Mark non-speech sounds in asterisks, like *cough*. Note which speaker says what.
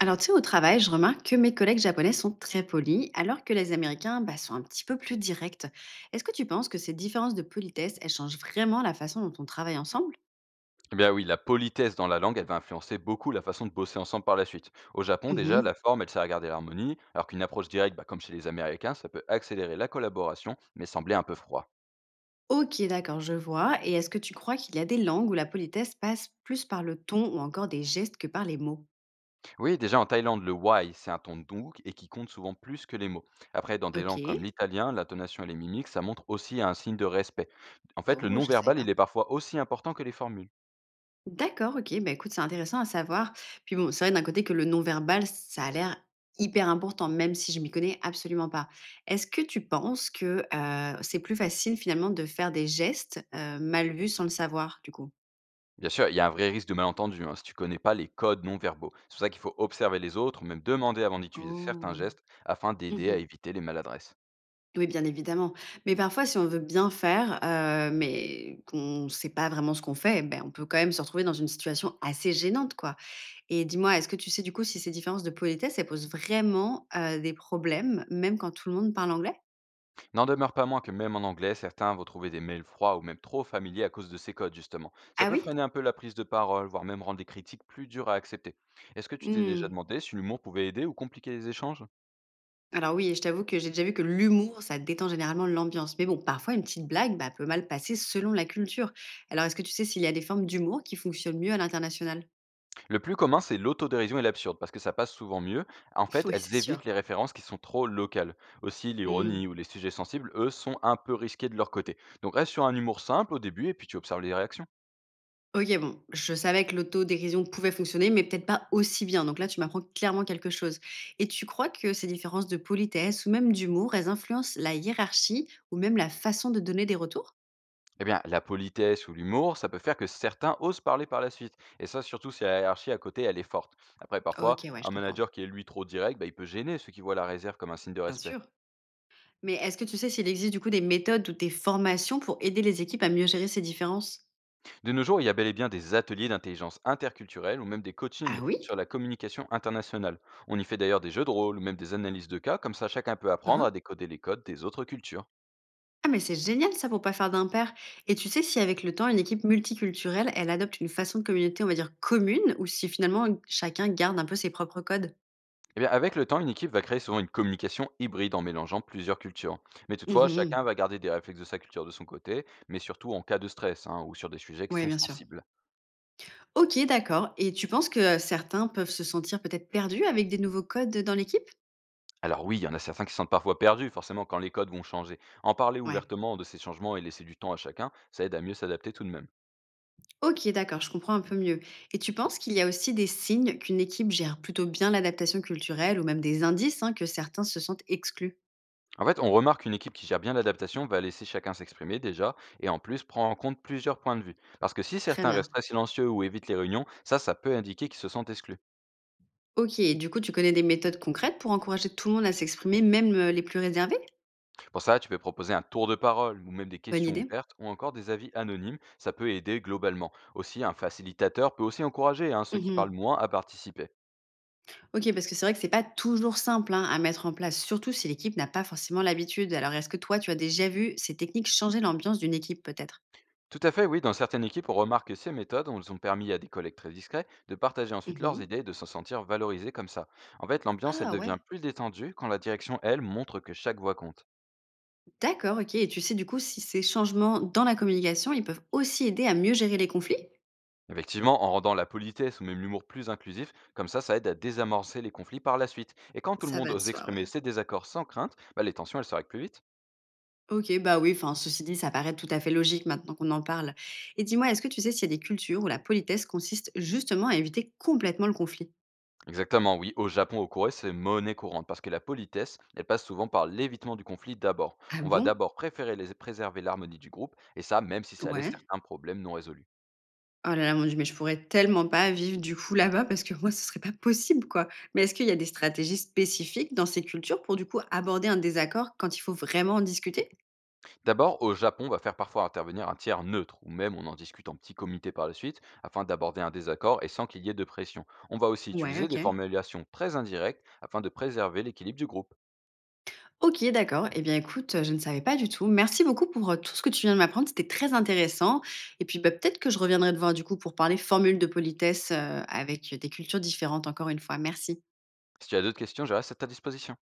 Speaker 1: Alors, tu sais, au travail, je remarque que mes collègues japonais sont très polis, alors que les Américains bah, sont un petit peu plus directs. Est-ce que tu penses que ces différences de politesse, elles changent vraiment la façon dont on travaille ensemble?
Speaker 2: Eh bien oui, la politesse dans la langue, elle va influencer beaucoup la façon de bosser ensemble par la suite. Au Japon, déjà,
Speaker 1: Mhm.
Speaker 2: la forme, elle sert à garder l'harmonie, alors qu'une approche directe, bah, comme chez les Américains, ça peut accélérer la collaboration, mais sembler un peu froid.
Speaker 1: Ok, d'accord, je vois. Et est-ce que tu crois qu'il y a des langues où la politesse passe plus par le ton ou encore des gestes que par les mots?
Speaker 2: Oui, déjà en Thaïlande, le why, c'est un ton doux et qui compte souvent plus que les mots. Après, dans des
Speaker 1: Ok.
Speaker 2: langues comme l'italien, l'intonation et les mimiques, ça montre aussi un signe de respect. En fait, le
Speaker 1: Oh, je savais
Speaker 2: non-verbal,
Speaker 1: pas.
Speaker 2: il est parfois aussi important que les formules.
Speaker 1: D'accord, OK. Bah, écoute, c'est intéressant à savoir. Puis bon, c'est vrai d'un côté que le non-verbal, ça a l'air hyper important, même si je m'y connais absolument pas. Est-ce que tu penses que, c'est plus facile finalement de faire des gestes, mal vus sans le savoir, du coup?
Speaker 2: Bien sûr, il y a un vrai risque de malentendu hein, si tu connais pas les codes non verbaux. C'est pour ça qu'il faut observer les autres ou même demander avant d'utiliser certains
Speaker 1: Oh.
Speaker 2: gestes afin d'aider à
Speaker 1: Mmh.
Speaker 2: éviter les maladresses.
Speaker 1: Oui, bien évidemment. Mais parfois, si on veut bien faire, mais qu'on ne sait pas vraiment ce qu'on fait, ben on peut quand même se retrouver dans une situation assez gênante, quoi. Et dis-moi, est-ce que tu sais du coup si ces différences de politesse, elles posent vraiment, des problèmes, même quand tout le monde parle anglais?
Speaker 2: N'en demeure pas moins que même en anglais, certains vont trouver des mails froids ou même trop familiers à cause de ces codes justement. Ça
Speaker 1: Ah
Speaker 2: peut
Speaker 1: oui?
Speaker 2: freiner un peu la prise de parole, voire même rendre les critiques plus dures à accepter. Est-ce que tu t'es déjà
Speaker 1: Mmh.
Speaker 2: demandé si l'humour pouvait aider ou compliquer les échanges?
Speaker 1: Alors oui, et je t'avoue que j'ai déjà vu que l'humour, ça détend généralement l'ambiance. Mais bon, parfois une petite blague, bah, peut mal passer selon la culture. Alors est-ce que tu sais s'il y a des formes d'humour qui fonctionnent mieux à l'international?
Speaker 2: Le plus commun, c'est l'autodérision et l'absurde, parce que ça passe souvent mieux. En
Speaker 1: *laughs*
Speaker 2: fait,
Speaker 1: Oui, c'est
Speaker 2: elles évitent
Speaker 1: sûr.
Speaker 2: les références qui sont trop locales. Aussi,
Speaker 1: Mmh.
Speaker 2: l'ironie ou les sujets sensibles, eux, sont un peu risqués de leur côté. Donc reste sur un humour simple au début et puis tu observes les réactions.
Speaker 1: OK, bon, je savais que l'autodérision pouvait fonctionner, mais peut-être pas aussi bien. Donc là, tu m'apprends clairement quelque chose. Et tu crois que ces différences de politesse ou même d'humour, elles influencent la hiérarchie ou même la façon de donner des retours?
Speaker 2: Eh bien, la politesse ou l'humour, ça peut faire que certains osent parler par la suite. Et ça, surtout si la hiérarchie à côté, elle est forte. Après, parfois,
Speaker 1: OK, ouais, je
Speaker 2: un
Speaker 1: comprends.
Speaker 2: manager qui est lui trop direct, bah, il peut gêner ceux qui voient la réserve comme un signe de
Speaker 1: Bien
Speaker 2: respect.
Speaker 1: sûr. Mais est-ce que tu sais s'il existe du coup des méthodes ou des formations pour aider les équipes à mieux gérer ces différences?
Speaker 2: De nos jours, il y a bel et bien des ateliers d'intelligence interculturelle ou même des
Speaker 1: Ah
Speaker 2: coachings
Speaker 1: oui?
Speaker 2: sur la communication internationale. On y fait d'ailleurs des jeux de rôle ou même des analyses de cas, comme ça chacun peut
Speaker 1: Hein,
Speaker 2: apprendre
Speaker 1: hein.
Speaker 2: à décoder les codes des autres cultures.
Speaker 1: Ah mais c'est génial ça pour pas faire d'impair. Et tu sais si avec le temps, une équipe multiculturelle, elle adopte une façon de communauté, on va dire, commune, ou si finalement chacun garde un peu ses propres codes?
Speaker 2: Eh bien, avec le temps, une équipe va créer souvent une communication hybride en mélangeant plusieurs cultures. Mais
Speaker 1: Mmh
Speaker 2: toutefois,
Speaker 1: mh.
Speaker 2: chacun va garder des réflexes de sa culture de son côté, mais surtout en cas de stress hein, ou sur des sujets qui
Speaker 1: Ouais,
Speaker 2: sont
Speaker 1: bien sûr.
Speaker 2: sensibles.
Speaker 1: OK, d'accord, et tu penses que certains peuvent se sentir peut-être perdus avec des nouveaux codes, dans l'équipe?
Speaker 2: Alors oui, il y en a certains qui se sentent parfois perdus, forcément, quand les codes vont changer. En parler
Speaker 1: Ouais.
Speaker 2: ouvertement de ces changements et laisser du temps à chacun, ça aide à mieux s'adapter tout de même.
Speaker 1: OK, d'accord, je comprends un peu mieux, et tu penses qu'il y a aussi des signes qu'une équipe gère plutôt bien l'adaptation culturelle ou même des indices, hein, que certains se sentent exclus?
Speaker 2: En fait, on remarque qu'une équipe qui gère bien l'adaptation va laisser chacun s'exprimer déjà et en plus prend en compte plusieurs points de vue. Parce que si
Speaker 1: Très
Speaker 2: certains
Speaker 1: bien.
Speaker 2: restent très silencieux ou évitent les réunions, ça peut indiquer qu'ils se sentent exclus.
Speaker 1: OK, et du coup, tu connais des méthodes concrètes pour encourager tout le monde à s'exprimer, même, les plus réservés?
Speaker 2: Pour ça, tu peux proposer un tour de parole ou même des
Speaker 1: Bonne
Speaker 2: questions
Speaker 1: idée.
Speaker 2: ouvertes ou encore des avis anonymes. Ça peut aider globalement. Aussi, un facilitateur peut aussi encourager hein, ceux qui parlent
Speaker 1: Mmh.
Speaker 2: moins à participer.
Speaker 1: OK, parce que c'est vrai que c'est pas toujours simple, hein, à mettre en place, surtout si l'équipe n'a pas forcément l'habitude. Alors est-ce que toi, tu as déjà vu ces techniques changer l'ambiance d'une équipe peut-être?
Speaker 2: Tout à fait, oui. Dans certaines équipes, on remarque que ces méthodes ont permis à des collègues très discrets de partager ensuite
Speaker 1: Mmh.
Speaker 2: leurs idées et de se sentir valorisés comme ça. En fait, l'ambiance, elle
Speaker 1: Ah
Speaker 2: devient
Speaker 1: ouais,
Speaker 2: plus détendue quand la direction, elle, montre que chaque voix compte.
Speaker 1: d'accord, OK, et tu sais du coup si ces changements dans la communication, ils peuvent aussi aider à mieux gérer les conflits?
Speaker 2: Effectivement, en rendant la politesse ou même l'humour plus inclusif, comme ça aide à désamorcer les conflits par la suite. Et quand tout le
Speaker 1: Ça
Speaker 2: monde
Speaker 1: va de
Speaker 2: ose
Speaker 1: soi, ouais.
Speaker 2: exprimer ses désaccords sans crainte, bah, les tensions, elles s'arrêtent plus vite.
Speaker 1: OK, bah oui, enfin ceci dit, ça paraît tout à fait logique maintenant qu'on en parle. Et dis-moi, est-ce que tu sais s'il y a des cultures où la politesse consiste justement à éviter complètement le conflit?
Speaker 2: Exactement, oui. Au Japon, au Corée, c'est monnaie courante parce que la politesse, elle passe souvent par l'évitement du conflit d'abord.
Speaker 1: Ah
Speaker 2: On va
Speaker 1: bon?
Speaker 2: d'abord préférer préserver l'harmonie du groupe, et ça, même si ça laisse
Speaker 1: Ouais.
Speaker 2: certains problèmes non résolus.
Speaker 1: Oh là là, mon Dieu, mais je pourrais tellement pas vivre du coup là-bas parce que moi, ce serait pas possible, quoi. Mais est-ce qu'il y a des stratégies spécifiques dans ces cultures pour du coup aborder un désaccord quand il faut vraiment en discuter?
Speaker 2: D'abord, au Japon, on va faire parfois intervenir un tiers neutre, ou même on en discute en petit comité par la suite, afin d'aborder un désaccord et sans qu'il y ait de pression. On va aussi
Speaker 1: Ouais,
Speaker 2: utiliser
Speaker 1: OK.
Speaker 2: des formulations très indirectes afin de préserver l'équilibre du groupe.
Speaker 1: OK, d'accord. Eh bien, écoute, je ne savais pas du tout. Merci beaucoup pour tout ce que tu viens de m'apprendre. C'était très intéressant. Et puis, bah, peut-être que je reviendrai te voir du coup pour parler formule de politesse avec des cultures différentes encore une fois. Merci.
Speaker 2: Si tu as d'autres questions, je reste à ta disposition.